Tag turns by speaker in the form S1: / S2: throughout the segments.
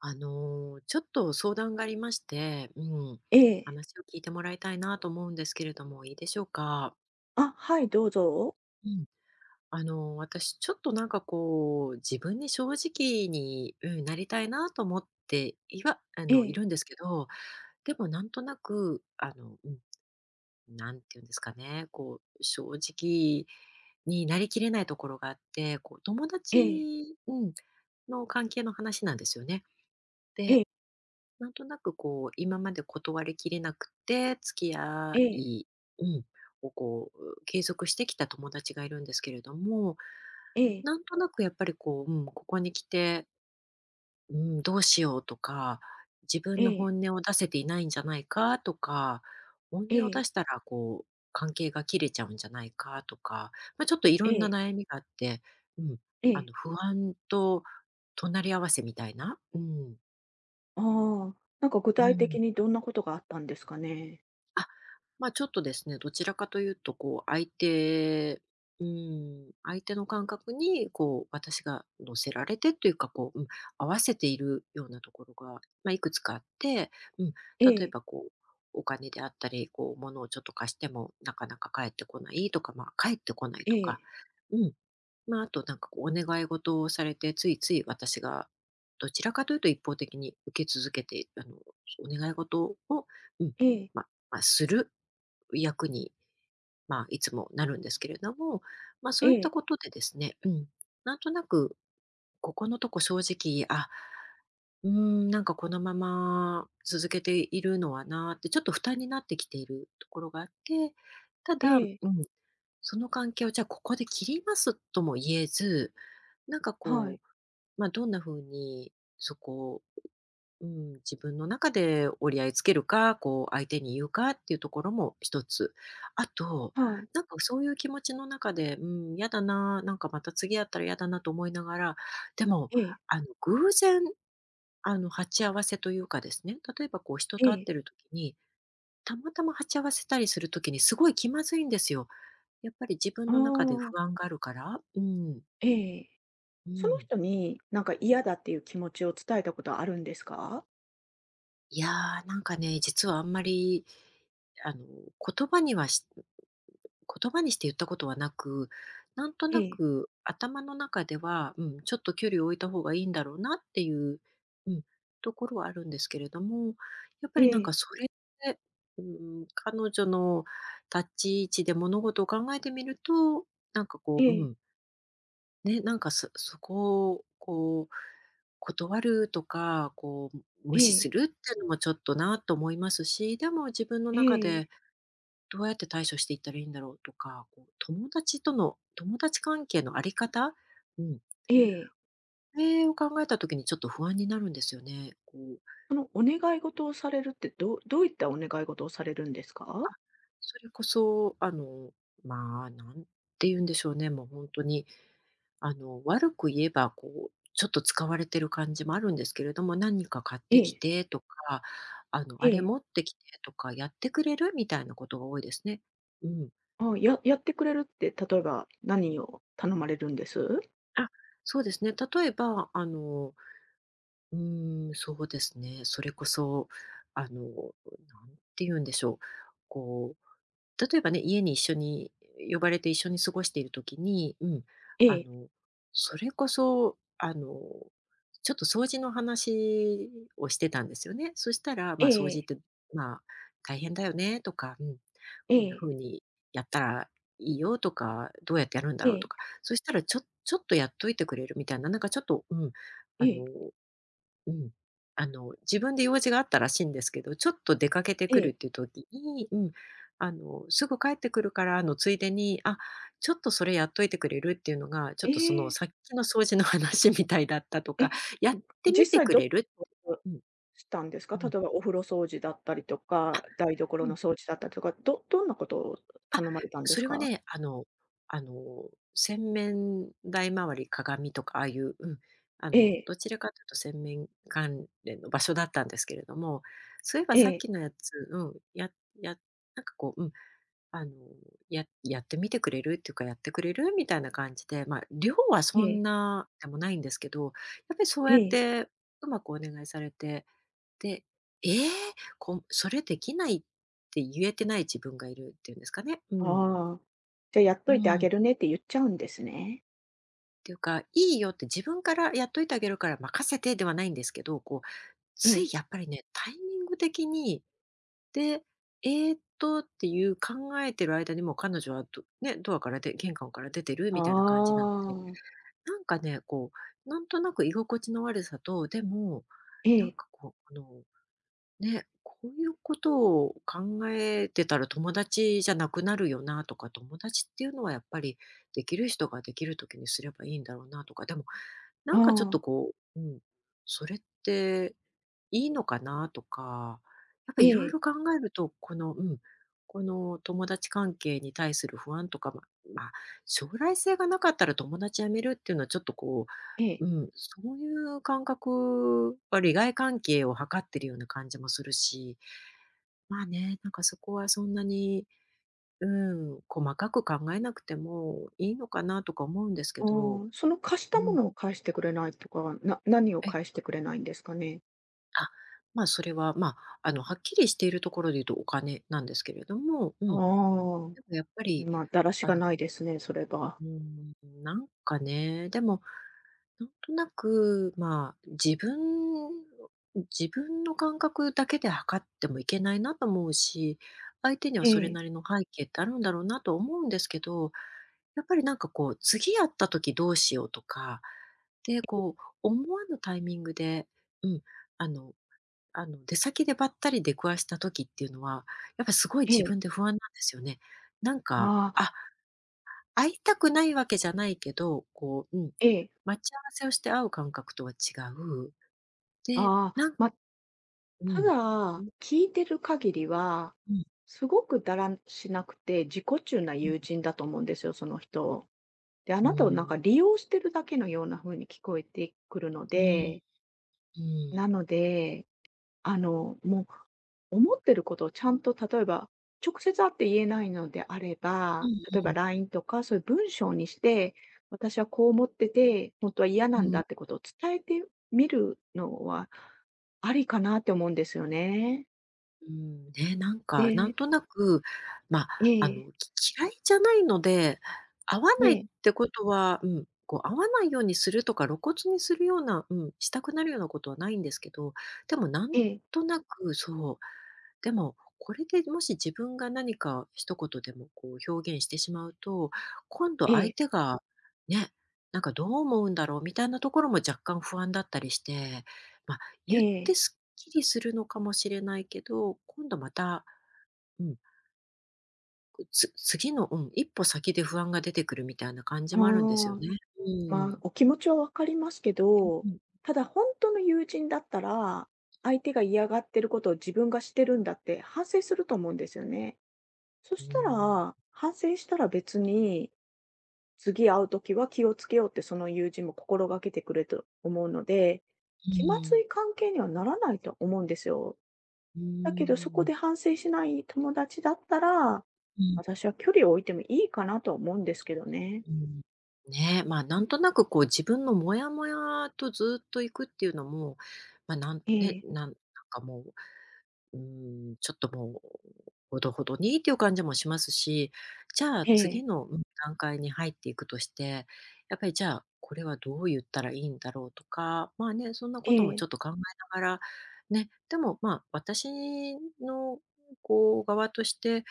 S1: ちょっと相談がありまして、うん、
S2: ええ。
S1: 話を聞いてもらいたいなと思うんですけれども、いいでしょうか？
S2: あ、はい、どうぞ。
S1: うん。私ちょっとこう、自分に正直に、うん、なりたいなと思って、いはあ
S2: え
S1: の、い
S2: え、
S1: るんですけど、でもなんとなく、なんていうんですかね、こう、正直になりきれないところがあって、こう友
S2: え
S1: 達、
S2: え、
S1: うん、の関係の話なんですよね。
S2: え
S1: で、
S2: え、
S1: なんとなくこう、今まで断りきれなくて、付き
S2: え
S1: 合
S2: え、
S1: い、うん、をこう、継続してきた友達がいるんですけれども、
S2: ええ、
S1: なんとなくやっぱりこう、うん、ここに来て、うん、どうしようとか、自分
S2: え
S1: の
S2: え、
S1: 本音を出せていないんじゃないかとか、本
S2: え
S1: 音を出
S2: え、
S1: したらこう、関係が切れちゃうんじゃないかとか、まあ、ちょっといろん
S2: え
S1: な
S2: え、
S1: 悩みがあって、うん、
S2: ええ。
S1: 不安と隣り合わせみたいな、うん、
S2: ああ、なんか具
S1: う
S2: 体
S1: ん。
S2: 的にどんなことがあったんですかね？
S1: あ、ま、ちょっとですね、どちらかというと、こう、う相手の感覚に、こう、私が乗せられてというか、こう、うん、合わせているようなところが、まあ、いくつかあって、うん、
S2: え
S1: 例え
S2: え、
S1: ば、こう、お金であったり、こう、物をちょっと貸しても、なかなか返ってこないとか、まあ、返ってこない
S2: え
S1: とか、
S2: え、
S1: うん。まあ、あと、なんか、こう、お願い事をされて、ついつい私がどちらかというと一方的に受け続けて、お願い事を、うん、
S2: ええ、
S1: まあ、まあ、する役に、まあ、いつもなるんですけれども、まあ、
S2: え
S1: そういった
S2: え、
S1: ことでですね、うん、なんとなく、ここのとこ正直、あ、うーん、なんかこのまま続けているのはなーって、ちょっと負担になってきているところがあって、た
S2: え
S1: だ、うん、
S2: え、
S1: その関係をじゃあここで切りますとも言えず、なんか
S2: は
S1: こ
S2: い、
S1: う、まあ、どんな風にそこを、うん、自分の中で折り合いつけるか、こう相手に言うかっていうところも一つ。あと、
S2: はい、
S1: なんかそういう気持ちの中で、うん、嫌だな、なんかまた次やったら嫌だなと思いながら、でも、
S2: ええ、
S1: あの、偶然、鉢合わせというかですね、例えばこう人
S2: え
S1: と会っ
S2: え、
S1: てる時に、たまたま鉢合わせたりする時にすごい気まずいんですよ。やっぱり自分
S2: あ
S1: の中で
S2: あ、
S1: 不安があるから、うん、
S2: ええ。
S1: う
S2: その
S1: ん。
S2: 人に、なんか嫌だっていう気持ちを伝えたことあるんですか？
S1: いやー、なんかね、実はあんまり、あの、言葉にはし言葉にして言ったことはなく、なんと
S2: え
S1: な
S2: え、
S1: く頭の中では、うん、ちょっと距離を置いた方がいいんだろうなっていう、うん、ところはあるんですけれども、やっぱり
S2: え
S1: なん
S2: え、
S1: かそれで、うん、彼女の立ち位置で物事を考えてみると、なんか
S2: え
S1: こう、う
S2: え、
S1: ん、ね、なんかそこをこう断るとか、こう
S2: え
S1: 無視す
S2: え、
S1: るっていうのもちょっとなと思いますし、でも自分の
S2: え
S1: 中で
S2: え、
S1: どうやって対処していったらいいんだろうとか、こう友達との友達関係のあり方、うん、
S2: ええ。
S1: それを考えた時にちょっと不安になるんですよね。こう、
S2: そのお願い事をされるって、どういったお願い事をされるんですか？
S1: それこそ、まあ、なんて言うんでしょうね、もう本当に、悪く言えば、こう、ちょっと使われてる感じもあるんですけれども、何か買っ
S2: え
S1: てき
S2: え、
S1: てとか、
S2: え
S1: あれ
S2: え。
S1: 持ってきてとか、やってくれるみたいなことが多いですね。うん。
S2: あ、やってくれるって、例えば何を頼まれるんです？
S1: あ、そうですね。例えば、うーん、そうですね。それこそ、なんて言うんでしょう。こう、例えばね、家に一緒に呼ばれて一緒に過ごしているときに、うん、
S2: え
S1: あ
S2: え、
S1: の、それこそ、ちょっと掃除の話をしてたんですよね。そしたら、ま
S2: え
S1: あ、掃除っ
S2: え、
S1: て、まあ、大変だよねとか、うん、
S2: え
S1: こんな
S2: え、
S1: 風にやったらいいよとか、どうやってやるんだ
S2: え
S1: ろうと
S2: え、
S1: か、そしたら、ちょっとやっといてくれるみたいな、なんかちょっと、うん、
S2: え
S1: あ
S2: え、
S1: のうん。あの、自分で用事があったらしいんですけど、ちょっと出かけて
S2: え
S1: くるっ
S2: え。
S1: ていう時に、うん、すぐ帰ってくるからのついでに、あ、ちょっとそれやっといてくれるっていうのが、ちょ
S2: え
S1: っとその
S2: え。
S1: さっきの掃除の話みたいだったと
S2: え、
S1: か、やって
S2: 実
S1: みて
S2: 際
S1: く
S2: どう
S1: れる、うん、
S2: したんですか？
S1: う
S2: 例
S1: ん。
S2: えばお風呂掃除だったりと
S1: あ、
S2: か、台所
S1: う
S2: の
S1: ん。
S2: 掃除だったりとか、どんなことを
S1: あ、
S2: 頼まれたんで
S1: そ
S2: す
S1: れは
S2: か？
S1: ね、あの、洗面台周り、鏡とかああいう、うん、
S2: ええ、
S1: どちらかというと洗面関連の場所だったんですけれども、そういえば
S2: え
S1: さっ
S2: え、
S1: きのやつ、うん、やなんかこう、うん、あの、ってみてくれるっていうか、やってくれるみたいな感じで、まあ、量は
S2: え
S1: そん
S2: え、
S1: なでもないんですけど、やっぱりそう
S2: え
S1: やっ
S2: え。
S1: てうまくお願いされて、で、ええ、それできないって言えてない自分がいるっていうんですかね。うん。
S2: ああ、じゃ、やっと
S1: う
S2: いてあ
S1: ん。
S2: げ
S1: っ
S2: るねって言っちゃうんですね。
S1: ていうか、いいよって自分からやっといてあげるから任せてではないんですけど、こう、
S2: え
S1: つい
S2: え。
S1: やっぱりね、タイミング的に、で、っていう考えてる間にもう彼女はドアからで玄関から出てる
S2: あ
S1: みたいな感じなので、
S2: あ、
S1: なんかね、こう、なんとなく居心地の悪さと、でも、
S2: え
S1: なん
S2: え、
S1: かこう、こういうことを考えてたら友達じゃなくなるよなとか、友達っていうのはやっぱりできる人ができる時にすればいいんだろうなとか、でもな
S2: あ
S1: んかちょっ
S2: あ、
S1: とこう、うん、それっていいのかなとか、やっぱ
S2: え
S1: いろい
S2: え、
S1: ろ考えると、この、うん、この友達関係に対する不安とか、ままあ、将来性がなかったら友達辞めるっていうのはちょっとこう、
S2: ええ、
S1: うん、そういう感覚は利害関係を図ってるような感じもするし、まあね、なんかそこはそんなに、うん、細かく考えなくてもいいのかなとか思うんですけど、
S2: うん、その貸し
S1: う
S2: たも
S1: ん、
S2: のを返してくれないとか、何を
S1: え、
S2: 返してくれないんですかね？
S1: あ、まあそれは、まあ、はっきりしているところで言うとお金なんですけれども、う
S2: ああ、
S1: ん、でもやっぱり、
S2: まあ、だらし
S1: あ
S2: が
S1: の、
S2: ないですね、それは。
S1: うん、なんかね、でもなんとなく、まあ、自分の感覚だけで測ってもいけないなと思うし、相手には
S2: え
S1: それ
S2: え、
S1: なりの背景ってあるんだろうなと思うんですけど、やっぱりなんかこう、次会った時どうしようとか、で、こう、思わぬタイミングで、うん、あの出先でばったり出くわした時っていうのは、やっぱりすごい
S2: え
S1: 自
S2: え、
S1: 分で不安なんですよね。なんか、
S2: ああ、
S1: あ、会いたくないわけじゃないけど、こう、うん、
S2: ええ、
S1: 待ち合わせをして会う感覚とは違う。で、
S2: ああ、
S1: なん、
S2: まあ、
S1: う
S2: た
S1: ん。う
S2: だ、
S1: ん、
S2: 聞いてる限りは、
S1: うん、
S2: すごくだらしなくて自己中な
S1: うん。
S2: 友人だと思うんですよ、その人。で、あ
S1: う
S2: なたをなん
S1: ー
S2: か
S1: ん、
S2: 利用してるだけのような風に聞こえてくるの
S1: うん、
S2: で、
S1: うん。
S2: なのであの、もう、思ってることをちゃんと例えば、直接会って言えないのであれ
S1: う
S2: ば、例
S1: ん
S2: えばラインとか、そういう文章にして、私はこう思ってて、本当は嫌
S1: う
S2: な
S1: ん、うん
S2: ん
S1: うんうん
S2: だ
S1: うん
S2: ってことを伝えてみるのは、ありかなって思うんですよね。
S1: うんね、なん
S2: で
S1: か、
S2: え
S1: なん
S2: え、
S1: となく、ま、
S2: え
S1: あ
S2: え、
S1: の、き嫌いじゃないので、会わ
S2: え
S1: ないっ
S2: え、
S1: てことは、会わないようにするとか、露骨にするような、したくなるようなことはないんですけど、でもなん
S2: ええ、
S1: となく、そう。でも、これでもし自分が何か一言でもこう表現してしまうと、今度
S2: え
S1: 相
S2: え、
S1: 手がね、なんかどう思うんだろうみたいなところも若干不安だったりして、まあ、
S2: え
S1: 言って
S2: え。
S1: すっきりするのかもしれないけど、今度また、うん、次の、一歩先で不安が出てくるみたいな感じ
S2: あ
S1: もあるんですよ
S2: あ。
S1: ね。う
S2: まあ、
S1: ん。
S2: お気持ちはわかりますけ
S1: う
S2: ど、
S1: ん。
S2: ただ本当の友人だったら、相手が嫌がってることを自分がしてるんだって反省すると思うんですよね。そ
S1: う
S2: した
S1: ん。
S2: ら、反省したら別に、次会うときは気をつけようってその友人も心がけてくれると思うので、
S1: う
S2: 気まず
S1: ん。
S2: い関係にはならないと思うんですよ。
S1: う
S2: だけどそこ
S1: ん。
S2: で反省しない友達だったら、
S1: うん。
S2: 私は距離を置いてもいいかなとは思うんですけどね。
S1: うん、ねえ、まあ、なんとなくこう自分のモヤモヤとずっと行くっていうのも、まあ、なん
S2: え
S1: ね、
S2: え、
S1: なんなんかもう、うん、ちょっともう、ほどほどにっていう感じもしますし、じゃあ
S2: え
S1: 次
S2: え、
S1: の、段階に入っていくとして、やっぱりじゃあ、これはどう言ったらいいんだろうとか、まあね、そんな
S2: え
S1: こともち
S2: え、
S1: ょっと考えながら、ね、でもまあ、私のこう側として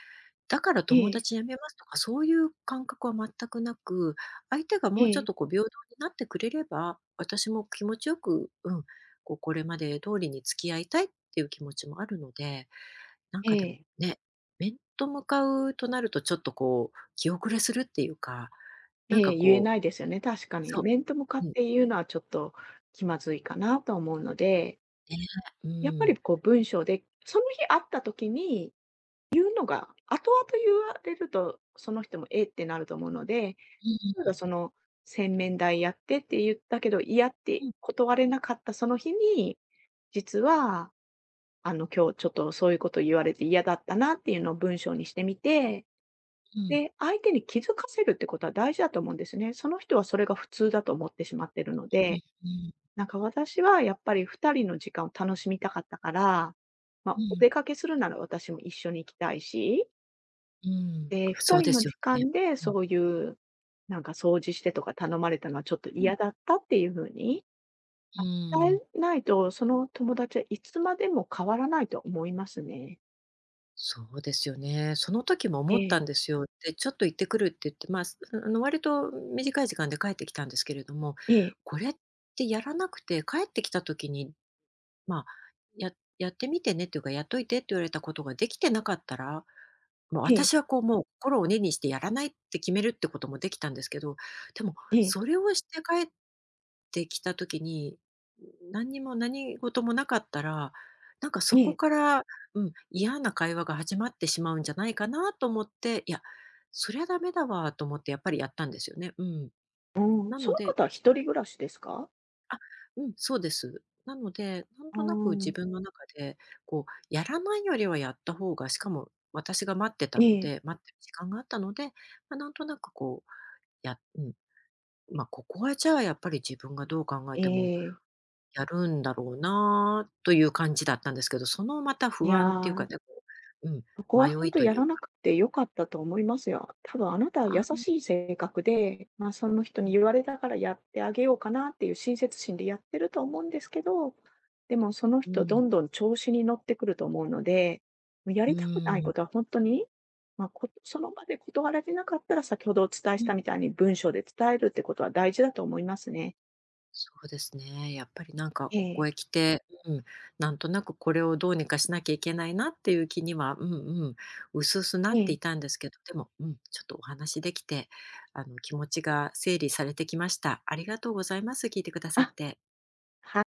S1: だから
S2: え
S1: 友
S2: え、
S1: 達辞めますとか、そういう感覚は全くなく、相手が
S2: え
S1: もうちょっ
S2: え。
S1: とこう平等になってくれれば、私も気持ちよく、こうこれまで通りに付き合いたいっていう気持ちもあるので、なん
S2: え
S1: かでも
S2: え、
S1: ね、面と向かうとなるとちょっとこう気後れするっていうか、なん
S2: え
S1: か
S2: え、言え
S1: こう
S2: ないですよね、確かに。
S1: そ
S2: 面と向か
S1: う、
S2: っ
S1: うん、
S2: て言うのはちょっと気まずいかなと思うので、
S1: ね、う
S2: やっぱり
S1: ん。
S2: こう文章で、その日会った時に、のが後々言われると、その人も「え？」ってなると思うので、
S1: う
S2: 例えばその「洗面台やって」って言ったけど、「嫌」っ
S1: んう
S2: て
S1: んうん。
S2: 断れなかったその日に、実は今日ちょっとそういうこと言われて嫌だったなっていうのを文章にしてみて
S1: うん
S2: で、相手に気づかせるってことは大事だと思うんですね。その人はそれが普通だと思ってしまってるので、
S1: うん
S2: なんか私はやっぱり2人の時間を楽しみたかったから、ま
S1: う
S2: あ、お出
S1: ん。
S2: かけするなら私も一緒に行きたいし、
S1: うん、
S2: で、2
S1: そう
S2: 人
S1: で
S2: の
S1: すよ
S2: 時
S1: ね。
S2: 間で
S1: うん、
S2: そういう、なんか掃除してとか頼まれたのはちょっと
S1: うん、
S2: 嫌だったっていう風に
S1: う
S2: 伝
S1: ん。
S2: えないと、その友達はいつまでも変わらないと思いますね。
S1: そうですよね。その時も
S2: え
S1: 思っ
S2: え、
S1: たんですよ。で、ちょっと行ってくるって言って、まあ、割と短い時間で帰ってきたんですけれども、
S2: ええ、
S1: これってやらなくて、帰ってきた時に、まあ、ややってみてねっていうか、やっといてって言われたことができてなかったら、もう
S2: ええ、
S1: 私はこう、もう心を鬼にしてやらないって決めるってこともできたんですけど、でも
S2: ええ、
S1: それをして帰ってきた時に、何にも何事もなかったら、なんか
S2: え
S1: そこ
S2: え。
S1: から、うん、嫌な会話が始まってしまうんじゃないかなと思って、いや、そりゃダメだわと思ってやっぱりやったんですよね。うん。
S2: うん、
S1: な
S2: そ
S1: の
S2: の
S1: で、
S2: 方は
S1: 自
S2: 一
S1: 分
S2: 人暮らしですか？
S1: あ、うん、そうです。なので、なん
S2: うー
S1: となく自
S2: ん、
S1: 分の中で、こう、やらないよりはやった方が、しかも私が待ってた
S2: え
S1: の
S2: え、
S1: で、待ってる時間があったので、まあ、なんとなくこう、やうん、まあ、ここはじゃあやっぱり自分がどう考え
S2: え
S1: ても
S2: え。
S1: やるんだろうなという感じだったんですけど、そのまた
S2: い
S1: 不安っていうか
S2: や、
S1: ね、う、うん、
S2: そこはほ
S1: 迷
S2: ん
S1: い
S2: と
S1: とい
S2: や
S1: う
S2: ら
S1: か、
S2: なくて良かったと思いますよ。多分あなたは優しい性格で、ま、その人
S1: う
S2: に
S1: ん、
S2: 言われたからやってあげようかなっていう親切心でやってると思うんですけど、でもその
S1: う
S2: 人ど
S1: ん、
S2: んどん調子に乗ってくると思うので、もうや
S1: う
S2: りたくない
S1: ん、
S2: ことはほんとに、ま、その場で断られなかったら、先ほどお伝えし
S1: う
S2: た
S1: ん、
S2: みたいに文章で伝えるってことは大事だと思いますね。
S1: そうですね。やっぱりなんか
S2: え
S1: ここ
S2: え、
S1: へ来て、なんとなくこれをどうにかしなきゃいけないなっていう気には、うんうん、薄々な
S2: え
S1: って
S2: え。
S1: いたんですけど、でも、ちょっとお話できて、あの気持ちが整理されてきました。ありがとうございます。聞いてくださっ
S2: あ、
S1: て。
S2: はい。